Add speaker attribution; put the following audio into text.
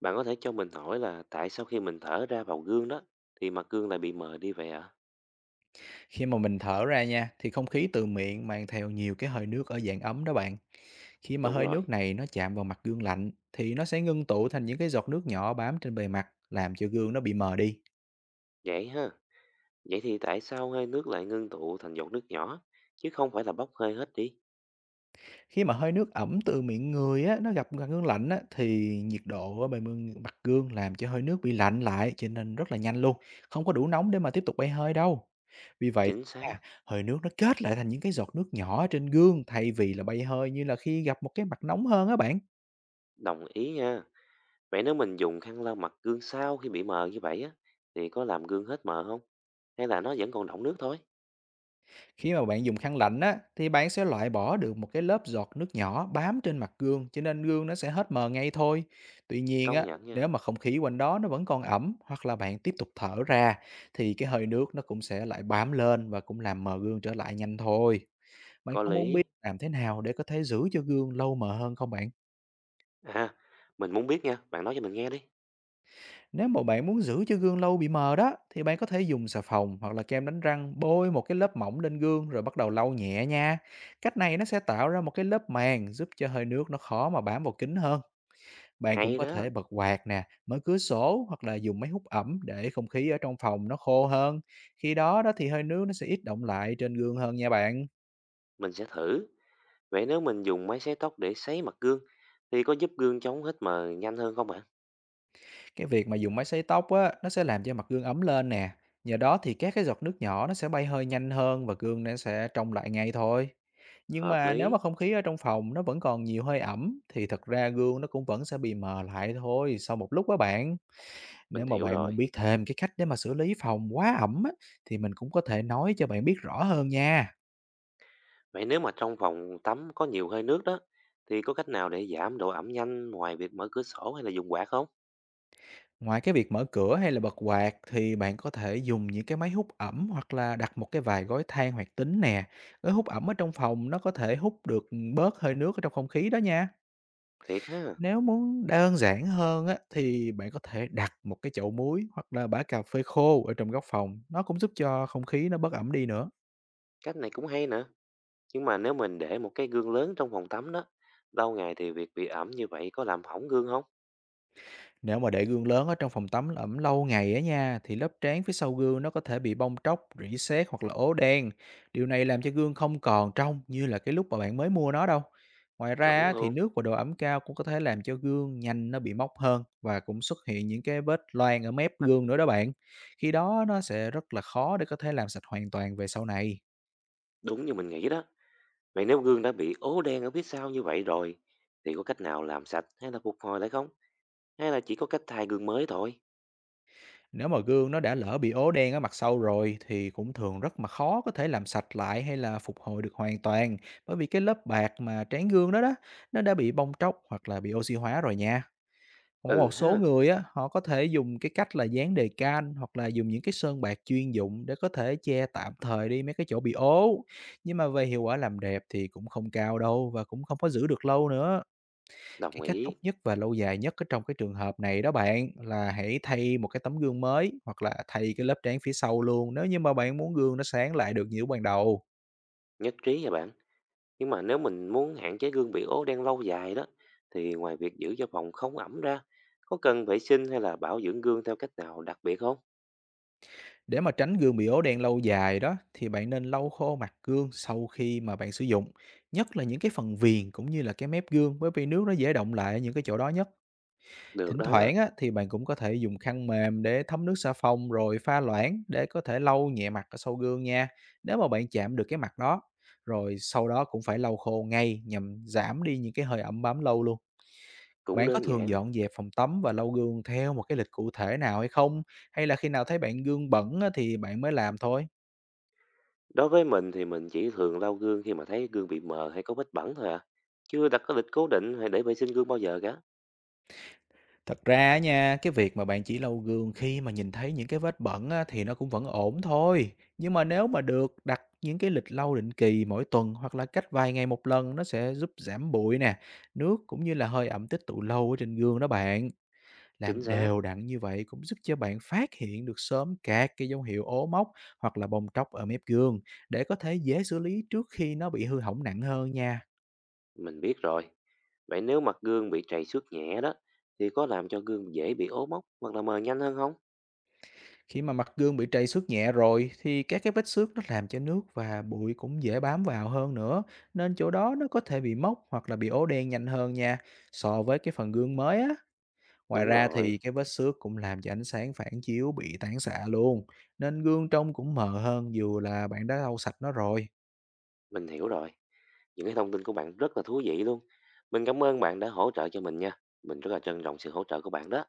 Speaker 1: Bạn có thể cho mình hỏi là tại sao khi mình thở ra vào gương đó thì mặt gương lại bị mờ đi vậy ạ?
Speaker 2: Khi mà mình thở ra nha, thì không khí từ miệng mang theo nhiều cái hơi nước ở dạng ấm đó bạn. Khi mà
Speaker 1: Đúng
Speaker 2: hơi
Speaker 1: rồi,
Speaker 2: nước này nó chạm vào mặt gương lạnh thì nó sẽ ngưng tụ thành những cái giọt nước nhỏ bám trên bề mặt, làm cho gương nó bị mờ đi.
Speaker 1: vậy ha. Vậy thì tại sao hơi nước lại ngưng tụ thành giọt nước nhỏ chứ không phải là bốc hơi hết đi?
Speaker 2: Khi mà hơi nước ẩm từ miệng người á nó gặp mặt gương lạnh á thì nhiệt độ ở mặt gương làm cho hơi nước bị lạnh lại cho nên rất là nhanh luôn, không có đủ nóng để mà tiếp tục bay hơi đâu. Vì vậy
Speaker 1: Chính xác,
Speaker 2: nha, hơi nước nó kết lại thành những cái giọt nước nhỏ ở trên gương thay vì là bay hơi như là khi gặp một cái mặt nóng hơn á bạn.
Speaker 1: đồng ý nha. Vậy nếu mình dùng khăn lau mặt gương sau khi bị mờ như vậy á thì có làm gương hết mờ không? Hay là nó vẫn còn đọng nước thôi?
Speaker 2: Khi mà bạn dùng khăn lạnh á, thì bạn sẽ loại bỏ được một cái lớp giọt nước nhỏ bám trên mặt gương, cho nên gương nó sẽ hết mờ ngay thôi. Tuy nhiên
Speaker 1: Công
Speaker 2: á,
Speaker 1: nhận nha,
Speaker 2: nếu mà không khí quanh đó nó vẫn còn ẩm hoặc là bạn tiếp tục thở ra thì cái hơi nước nó cũng sẽ lại bám lên và cũng làm mờ gương trở lại nhanh thôi. Bạn
Speaker 1: có
Speaker 2: có muốn biết
Speaker 1: lý.
Speaker 2: làm thế nào để có thể giữ cho gương lâu mờ hơn không bạn?
Speaker 1: À, mình muốn biết nha, bạn nói cho mình nghe đi.
Speaker 2: Nếu mà bạn muốn giữ cho gương lâu bị mờ đó, thì bạn có thể dùng xà phòng hoặc là kem đánh răng bôi một cái lớp mỏng lên gương rồi bắt đầu lau nhẹ nha. Cách này nó sẽ tạo ra một cái lớp màng giúp cho hơi nước nó khó mà bám vào kính hơn. Bạn cũng
Speaker 1: Hay
Speaker 2: có
Speaker 1: đó,
Speaker 2: thể bật quạt nè, mở cửa sổ hoặc là dùng máy hút ẩm để không khí ở trong phòng nó khô hơn. Khi đó đó thì hơi nước nó sẽ ít đọng lại trên gương hơn nha bạn.
Speaker 1: mình sẽ thử. Vậy nếu mình dùng máy sấy tóc để sấy mặt gương thì có giúp gương chống hít mờ nhanh hơn không bạn?
Speaker 2: Cái việc mà dùng máy sấy tóc á, nó sẽ làm cho mặt gương ấm lên nè. Nhờ đó thì các cái giọt nước nhỏ nó sẽ bay hơi nhanh hơn và gương nó sẽ trong lại ngay thôi. Nhưng
Speaker 1: Hợp
Speaker 2: mà nếu mà
Speaker 1: lý,
Speaker 2: không khí ở trong phòng nó vẫn còn nhiều hơi ẩm thì thật ra gương nó cũng vẫn sẽ bị mờ lại thôi sau một lúc đó bạn. Nếu
Speaker 1: mình
Speaker 2: mà
Speaker 1: hiểu
Speaker 2: bạn muốn
Speaker 1: rồi.
Speaker 2: biết thêm cái cách để mà xử lý phòng quá ẩm á, thì mình cũng có thể nói cho bạn biết rõ hơn nha.
Speaker 1: Vậy nếu mà trong phòng tắm có nhiều hơi nước đó thì có cách nào để giảm độ ẩm nhanh ngoài việc mở cửa sổ hay là dùng quạt không?
Speaker 2: Ngoài cái việc mở cửa hay là bật quạt thì bạn có thể dùng những cái máy hút ẩm hoặc là đặt một cái vài gói than hoạt tính nè. Gói hút ẩm ở trong phòng nó có thể hút được bớt hơi nước ở trong không khí đó nha.
Speaker 1: Thiệt ha,
Speaker 2: Nếu muốn đơn giản hơn á, thì bạn có thể đặt một cái chậu muối hoặc là bã cà phê khô ở trong góc phòng. Nó cũng giúp cho không khí nó bớt ẩm đi nữa.
Speaker 1: cách này cũng hay nữa. Nhưng mà nếu mình để một cái gương lớn trong phòng tắm đó, lâu ngày thì việc bị ẩm như vậy có làm hỏng gương không?
Speaker 2: Nếu mà để gương lớn ở trong phòng tắm ẩm lâu ngày á nha, thì lớp trán phía sau gương nó có thể bị bong tróc, rỉ sét hoặc là ố đen. Điều này làm cho gương không còn trong như là cái lúc mà bạn mới mua nó đâu. Ngoài ra
Speaker 1: Chuẩn
Speaker 2: á, thì
Speaker 1: luôn,
Speaker 2: nước và độ ẩm cao cũng có thể làm cho gương nhanh nó bị mốc hơn và cũng xuất hiện những cái vết loang ở mép gương nữa đó bạn. Khi đó nó sẽ rất là khó để có thể làm sạch hoàn toàn về sau này.
Speaker 1: đúng như mình nghĩ đó. Vậy nếu gương đã bị ố đen ở phía sau như vậy rồi thì có cách nào làm sạch hay là phục hồi lại không? Hay là chỉ có cách thay gương mới thôi?
Speaker 2: Nếu mà gương nó đã lỡ bị ố đen ở mặt sau rồi thì cũng thường rất mà khó có thể làm sạch lại hay là phục hồi được hoàn toàn, bởi vì cái lớp bạc mà trán gương đó đó nó đã bị bong tróc hoặc là bị oxy hóa rồi nha. Còn
Speaker 1: Ừ
Speaker 2: một số
Speaker 1: ha,
Speaker 2: người á họ có thể dùng cái cách là dán đề can hoặc là dùng những cái sơn bạc chuyên dụng để có thể che tạm thời đi mấy cái chỗ bị ố. Nhưng mà về hiệu quả làm đẹp thì cũng không cao đâu và cũng không có giữ được lâu nữa.
Speaker 1: đồng
Speaker 2: Cái cách
Speaker 1: ý,
Speaker 2: tốt nhất và lâu dài nhất ở trong cái trường hợp này đó bạn là hãy thay một cái tấm gương mới hoặc là thay cái lớp trán phía sau luôn nếu như mà bạn muốn gương nó sáng lại được như lúc ban đầu.
Speaker 1: nhất trí nha bạn. Nhưng mà nếu mình muốn hạn chế gương bị ố đen lâu dài đó, thì ngoài việc giữ cho phòng không ẩm ra, có cần vệ sinh hay là bảo dưỡng gương theo cách nào đặc biệt không?
Speaker 2: Để mà tránh gương bị ố đen lâu dài đó thì bạn nên lau khô mặt gương sau khi mà bạn sử dụng, nhất là những cái phần viền cũng như là cái mép gương, bởi vì nước nó dễ động lại ở những cái chỗ đó nhất.
Speaker 1: Được
Speaker 2: Thỉnh
Speaker 1: đó,
Speaker 2: thoảng á, thì bạn cũng có thể dùng khăn mềm để thấm nước xà phòng rồi pha loãng để có thể lau nhẹ mặt ở sau gương nha, nếu mà bạn chạm được cái mặt đó. Rồi sau đó cũng phải lau khô ngay nhằm giảm đi những cái hơi ẩm bám lâu luôn.
Speaker 1: cũng
Speaker 2: Bạn có
Speaker 1: đơn
Speaker 2: thường
Speaker 1: giản.
Speaker 2: dọn dẹp phòng tắm và lau gương theo một cái lịch cụ thể nào hay không? Hay là khi nào thấy bạn gương bẩn á, thì bạn mới làm thôi?
Speaker 1: Đối với mình thì mình chỉ thường lau gương khi mà thấy gương bị mờ hay có vết bẩn thôi à. Chưa đặt có lịch cố định hay để vệ sinh gương bao giờ cả.
Speaker 2: Thật ra á nha, cái việc mà bạn chỉ lau gương khi mà nhìn thấy những cái vết bẩn á, thì nó cũng vẫn ổn thôi. Nhưng mà nếu mà được đặt những cái lịch lau định kỳ mỗi tuần hoặc là cách vài ngày một lần, nó sẽ giúp giảm bụi nè, nước cũng như là hơi ẩm tích tụ lâu ở trên gương đó bạn. Làm
Speaker 1: Chính xác,
Speaker 2: đều đặn như vậy cũng giúp cho bạn phát hiện được sớm các cái dấu hiệu ố mốc hoặc là bong tróc ở mép gương để có thể dễ xử lý trước khi nó bị hư hỏng nặng hơn nha.
Speaker 1: mình biết rồi. Vậy nếu mặt gương bị trầy xước nhẹ đó, thì có làm cho gương dễ bị ố mốc hoặc là mờ nhanh hơn không?
Speaker 2: Khi mà mặt gương bị trầy xước nhẹ rồi thì các cái vết xước nó làm cho nước và bụi cũng dễ bám vào hơn nữa, nên chỗ đó nó có thể bị mốc hoặc là bị ố đen nhanh hơn nha, so với cái phần gương mới á. Ngoài
Speaker 1: Đúng
Speaker 2: ra
Speaker 1: rồi.
Speaker 2: thì cái vết xước cũng làm cho ánh sáng phản chiếu bị tán xạ luôn, nên gương trông cũng mờ hơn dù là bạn đã lau sạch nó rồi.
Speaker 1: Mình hiểu rồi. Những cái thông tin của bạn rất là thú vị luôn. Mình cảm ơn bạn đã hỗ trợ cho mình nha. Mình rất là trân trọng sự hỗ trợ của bạn đó.